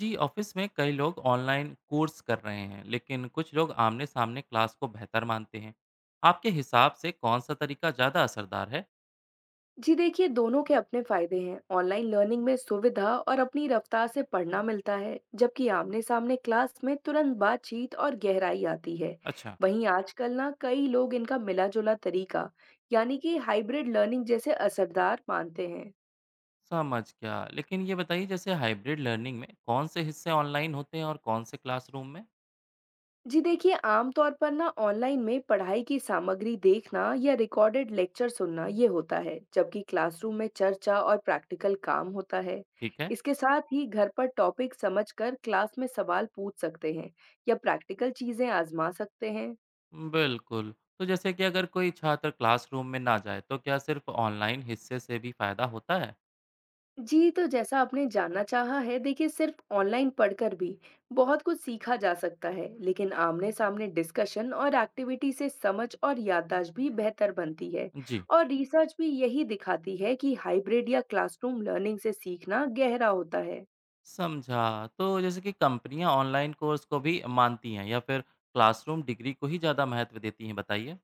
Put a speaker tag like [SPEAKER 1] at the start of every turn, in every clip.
[SPEAKER 1] जी office में कई लोग ऑनलाइन कोर्स कर रहे हैं, लेकिन कुछ लोग आमने सामने क्लास को बेहतर मानते हैं। आपके हिसाब से कौन सा तरीका ज़्यादा असरदार है?
[SPEAKER 2] जी देखिए, दोनों के अपने फायदे हैं। ऑनलाइन लर्निंग में सुविधा और अपनी रफ्तार से पढ़ना मिलता है, जबकि आमने सामने क्लास में तुरंत बातचीत और गहराई आती है।
[SPEAKER 1] अच्छा।
[SPEAKER 2] वहीं आजकल ना कई लोग इनका मिला जुला तरीका, यानी कि हाइब्रिड लर्निंग जैसे असरदार मानते हैं।
[SPEAKER 1] समझ गया, लेकिन ये बताइए जैसे हाइब्रिड लर्निंग में कौन से हिस्से ऑनलाइन होते हैं और कौन से क्लासरूम में?
[SPEAKER 2] जी देखिए, आमतौर पर ना ऑनलाइन में पढ़ाई की सामग्री देखना या रिकॉर्डेड लेक्चर सुनना ये होता है, जबकि क्लासरूम में चर्चा और प्रैक्टिकल काम होता है।
[SPEAKER 1] ठीक है।
[SPEAKER 2] इसके साथ ही घर पर टॉपिक समझकर क्लास में सवाल पूछ सकते हैं या प्रैक्टिकल चीजें आजमा सकते हैं।
[SPEAKER 1] बिल्कुल। तो जैसे कि अगर कोई छात्र क्लासरूम में ना जाए तो क्या सिर्फ ऑनलाइन हिस्से से भी फायदा होता है?
[SPEAKER 2] जी, तो जैसा आपने जानना चाहा है, देखिए सिर्फ ऑनलाइन पढ़कर भी बहुत कुछ सीखा जा सकता है, लेकिन आमने-सामने डिस्कशन और एक्टिविटी से समझ और याददाश्त भी बेहतर बनती है।
[SPEAKER 1] जी।
[SPEAKER 2] और रिसर्च भी यही दिखाती है कि हाइब्रिड या क्लासरूम लर्निंग से सीखना गहरा होता है।
[SPEAKER 1] समझा। तो जैसे कि कंपनियाँ ऑनलाइन कोर्स को भी मानती हैं या फिर क्लासरूम डिग्री को ही ज़्यादा महत्व देती हैं, बताइए?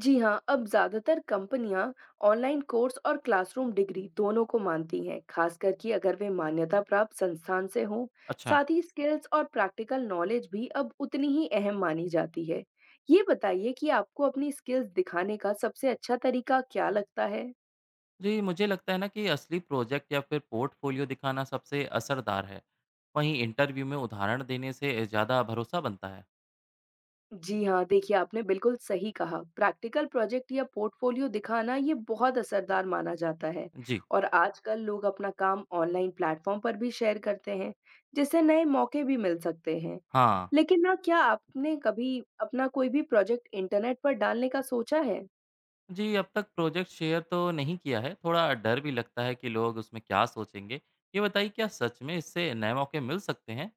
[SPEAKER 2] जी हाँ, अब ज़्यादातर कंपनियां ऑनलाइन कोर्स और क्लासरूम डिग्री दोनों को मानती हैं, खासकर कि अगर वे मान्यता प्राप्त संस्थान से हों।
[SPEAKER 1] अच्छा।
[SPEAKER 2] साथ ही स्किल्स और प्रैक्टिकल नॉलेज भी अब उतनी ही अहम मानी जाती है। ये बताइए कि आपको अपनी स्किल्स दिखाने का सबसे अच्छा तरीका क्या लगता है?
[SPEAKER 1] जी, मुझे लगता है ना कि असली प्रोजेक्ट या फिर पोर्टफोलियो दिखाना सबसे असरदार है। वहीं इंटरव्यू में उदाहरण देने से ज़्यादा भरोसा बनता है।
[SPEAKER 2] जी हाँ, देखिए आपने बिल्कुल सही कहा। प्रैक्टिकल प्रोजेक्ट या पोर्टफोलियो दिखाना ये बहुत असरदार माना जाता है।
[SPEAKER 1] जी।
[SPEAKER 2] और आजकल लोग अपना काम ऑनलाइन प्लेटफॉर्म पर भी शेयर करते हैं, जिससे नए मौके भी मिल सकते हैं।
[SPEAKER 1] हाँ।
[SPEAKER 2] लेकिन ना, क्या आपने कभी अपना कोई भी प्रोजेक्ट इंटरनेट पर डालने का सोचा है?
[SPEAKER 1] जी, अब तक प्रोजेक्ट शेयर तो नहीं किया है। थोड़ा डर भी लगता है कि लोग उसमें क्या सोचेंगे। ये बताइए क्या सच में इससे नए मौके मिल सकते हैं?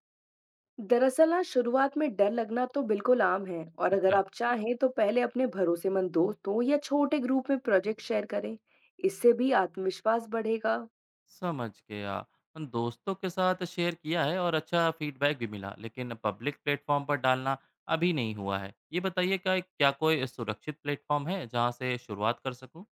[SPEAKER 2] दरअसल ना, शुरुआत में डर लगना तो बिल्कुल आम है, और अगर आप चाहें तो पहले अपने भरोसेमंद दोस्तों या छोटे ग्रुप में प्रोजेक्ट शेयर करें। इससे भी आत्मविश्वास बढ़ेगा।
[SPEAKER 1] समझ गया। उन दोस्तों के साथ शेयर किया है और अच्छा फीडबैक भी मिला, लेकिन पब्लिक प्लेटफॉर्म पर डालना अभी नहीं हुआ है। ये बताइए क्या क्या कोई सुरक्षित प्लेटफॉर्म है जहाँ से शुरुआत कर सकूँ?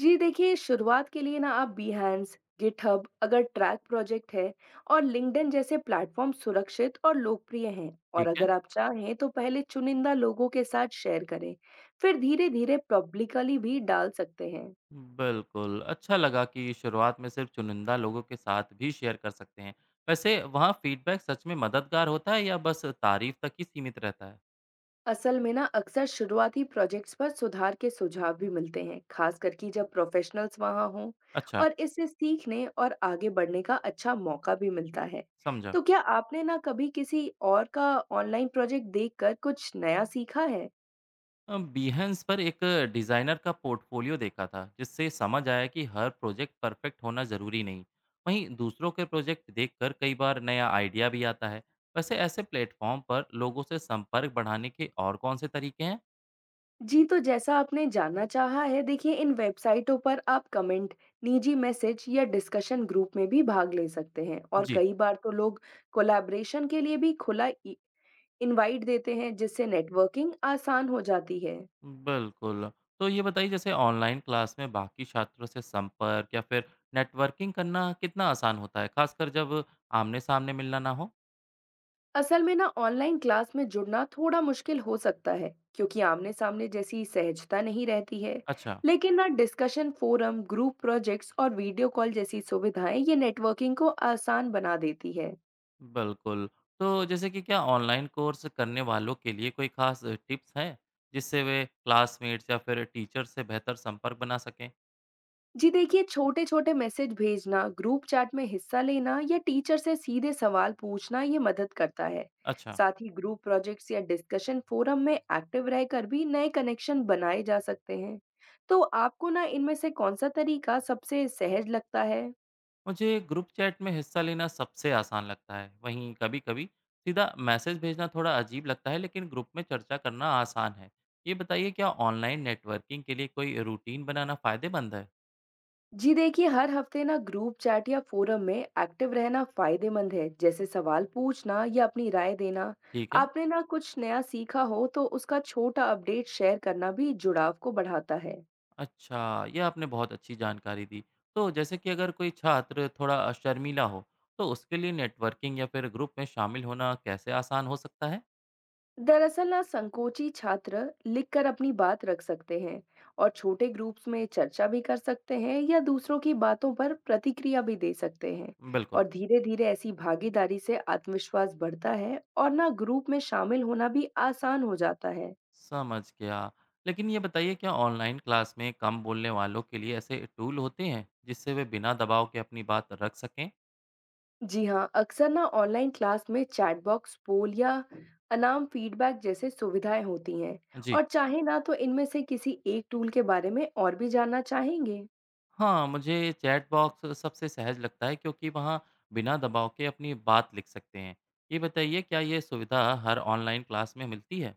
[SPEAKER 2] जी देखिए, शुरुआत के लिए ना आप Behance, GitHub, अगर ट्रैक प्रोजेक्ट है, और LinkedIn जैसे प्लेटफॉर्म सुरक्षित और लोकप्रिय हैं। और
[SPEAKER 1] ठीक है।
[SPEAKER 2] अगर आप चाहें तो पहले चुनिंदा लोगों के साथ शेयर करें, फिर धीरे धीरे पब्लिकली भी डाल सकते हैं।
[SPEAKER 1] बिल्कुल। अच्छा लगा कि शुरुआत में सिर्फ चुनिंदा लोगों के साथ भी शेयर कर सकते हैं। वैसे वहाँ फीडबैक सच में मददगार होता है या बस तारीफ तक ही सीमित रहता है?
[SPEAKER 2] असल में ना, अक्सर शुरुआती प्रोजेक्ट्स पर सुधार के सुझाव भी मिलते हैं, खास करके जब प्रोफेशनल्स वहां हों।
[SPEAKER 1] अच्छा।
[SPEAKER 2] और इससे सीखने और आगे बढ़ने का अच्छा मौका भी मिलता है।
[SPEAKER 1] समझा।
[SPEAKER 2] तो क्या आपने ना कभी किसी और का ऑनलाइन प्रोजेक्ट देखकर कुछ नया सीखा है?
[SPEAKER 1] Behance पर एक डिज़ाइनर का पोर्टफोलियो देखा था, जिससे समझ आया कि हर प्रोजेक्ट परफेक्ट होना ज़रूरी नहीं। वहीं दूसरों के प्रोजेक्ट देखकर कई बार नया आइडिया भी आता है। वैसे ऐसे प्लेटफॉर्म पर लोगों से संपर्क बढ़ाने के और कौन से तरीके हैं?
[SPEAKER 2] जी, तो जैसा आपने जानना चाहा है, देखिए इन वेबसाइटों पर आप कमेंट, निजी मैसेज या डिस्कशन ग्रुप में भी भाग ले सकते हैं, और
[SPEAKER 1] जी।
[SPEAKER 2] कई बार तो लोग कोलैबोरेशन के लिए भी खुला इनवाइट देते हैं, जिससे नेटवर्किंग आसान हो जाती है।
[SPEAKER 1] बिल्कुल। तो ये बताइए जैसे ऑनलाइन क्लास में बाकी छात्रों से संपर्क या फिर नेटवर्किंग करना कितना आसान होता है, खासकर जब आमने सामने मिलना ना हो?
[SPEAKER 2] असल में ना, ऑनलाइन क्लास में जुड़ना थोड़ा मुश्किल हो सकता है, क्योंकि आमने सामने जैसी सहजता नहीं रहती है।
[SPEAKER 1] अच्छा।
[SPEAKER 2] लेकिन ना, डिस्कशन फोरम, ग्रुप प्रोजेक्ट्स और वीडियो कॉल जैसी सुविधाएं ये नेटवर्किंग को आसान बना देती है।
[SPEAKER 1] बिल्कुल। तो जैसे कि क्या ऑनलाइन कोर्स करने वालों के लिए कोई ख़ास टिप्स हैं, जिससे वे क्लासमेट्स या फिर टीचर से बेहतर संपर्क बना सकें?
[SPEAKER 2] जी देखिए, छोटे-छोटे मैसेज भेजना, ग्रुप चैट में हिस्सा लेना या टीचर से सीधे सवाल पूछना ये मदद करता है।
[SPEAKER 1] अच्छा,
[SPEAKER 2] साथ ही ग्रुप प्रोजेक्ट्स या डिस्कशन फोरम में एक्टिव रहकर भी नए कनेक्शन बनाए जा सकते हैं। तो आपको ना इनमें से कौन सा तरीका सबसे सहज लगता है?
[SPEAKER 1] मुझे ग्रुप चैट में हिस्सा लेना सबसे आसान लगता है। वहीं कभी-कभी सीधा मैसेज भेजना थोड़ा अजीब लगता है, लेकिन ग्रुप में चर्चा करना आसान है। ये बताइए क्या ऑनलाइन नेटवर्किंग के लिए कोई रूटीन बनाना फ़ायदेमंद है?
[SPEAKER 2] जी देखिए, हर हफ्ते ना ग्रुप चैट या फोरम में एक्टिव रहना फायदेमंद है, जैसे सवाल पूछना या अपनी राय देना।
[SPEAKER 1] ठीक है।
[SPEAKER 2] आपने ना कुछ नया सीखा हो तो उसका छोटा अपडेट शेयर करना भी जुड़ाव को बढ़ाता है।
[SPEAKER 1] अच्छा, ये आपने बहुत अच्छी जानकारी दी। तो जैसे कि अगर कोई छात्र थोड़ा शर्मीला हो, तो उसके लिए नेटवर्किंग या फिर ग्रुप में शामिल होना कैसे आसान हो सकता है?
[SPEAKER 2] दरअसल ना, संकोची छात्र लिखकर अपनी बात रख सकते हैं और छोटे ग्रुप्स में चर्चा भी कर सकते हैं या दूसरों की बातों पर प्रतिक्रिया भी दे सकते हैं।
[SPEAKER 1] बिल्कुल।
[SPEAKER 2] और धीरे धीरे ऐसी भागीदारी से आत्मविश्वास बढ़ता है और ना ग्रुप में शामिल होना भी आसान हो जाता है।
[SPEAKER 1] समझ गया। लेकिन ये बताइए क्या ऑनलाइन क्लास में कम बोलने वालों के लिए ऐसे टूल होते हैं जिससे वे बिना दबाव के अपनी बात रख सकें?
[SPEAKER 2] जी हाँ, अक्सर ना ऑनलाइन क्लास में चैट बॉक्स, पोल या अनाम फीडबैक जैसे सुविधाएं होती हैं।
[SPEAKER 1] जी
[SPEAKER 2] और चाहे ना तो इनमें से किसी एक टूल के बारे में और भी जानना चाहेंगे?
[SPEAKER 1] हाँ, मुझे चैट बॉक्स सबसे सहज लगता है क्योंकि वहाँ बिना दबाव के अपनी बात लिख सकते हैं। ये बताइए क्या ये सुविधा हर ऑनलाइन क्लास में मिलती है?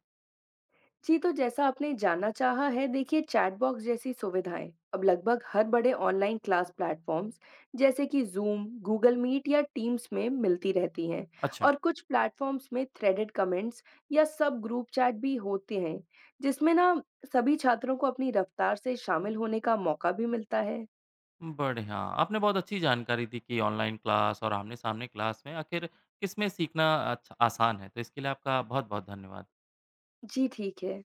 [SPEAKER 2] जी, तो जैसा आपने जानना चाहा है, देखिए चैट बॉक्स जैसी सुविधाएं अब लगभग हर बड़े ऑनलाइन क्लास प्लेटफॉर्म्स, जैसे कि जूम, गूगल मीट या टीम्स में मिलती रहती हैं।
[SPEAKER 1] अच्छा।
[SPEAKER 2] और कुछ प्लेटफॉर्म्स में थ्रेडेड कमेंट्स या सब ग्रुप चैट भी होते हैं, जिसमें ना सभी छात्रों को अपनी रफ्तार से शामिल होने का मौका भी मिलता है।
[SPEAKER 1] बढ़िया। आपने बहुत अच्छी जानकारी दी कि ऑनलाइन क्लास और आमने-सामने क्लास में आखिर किसमें सीखना अच्छा आसान है। तो इसके लिए आपका बहुत-बहुत धन्यवाद।
[SPEAKER 2] जी ठीक है।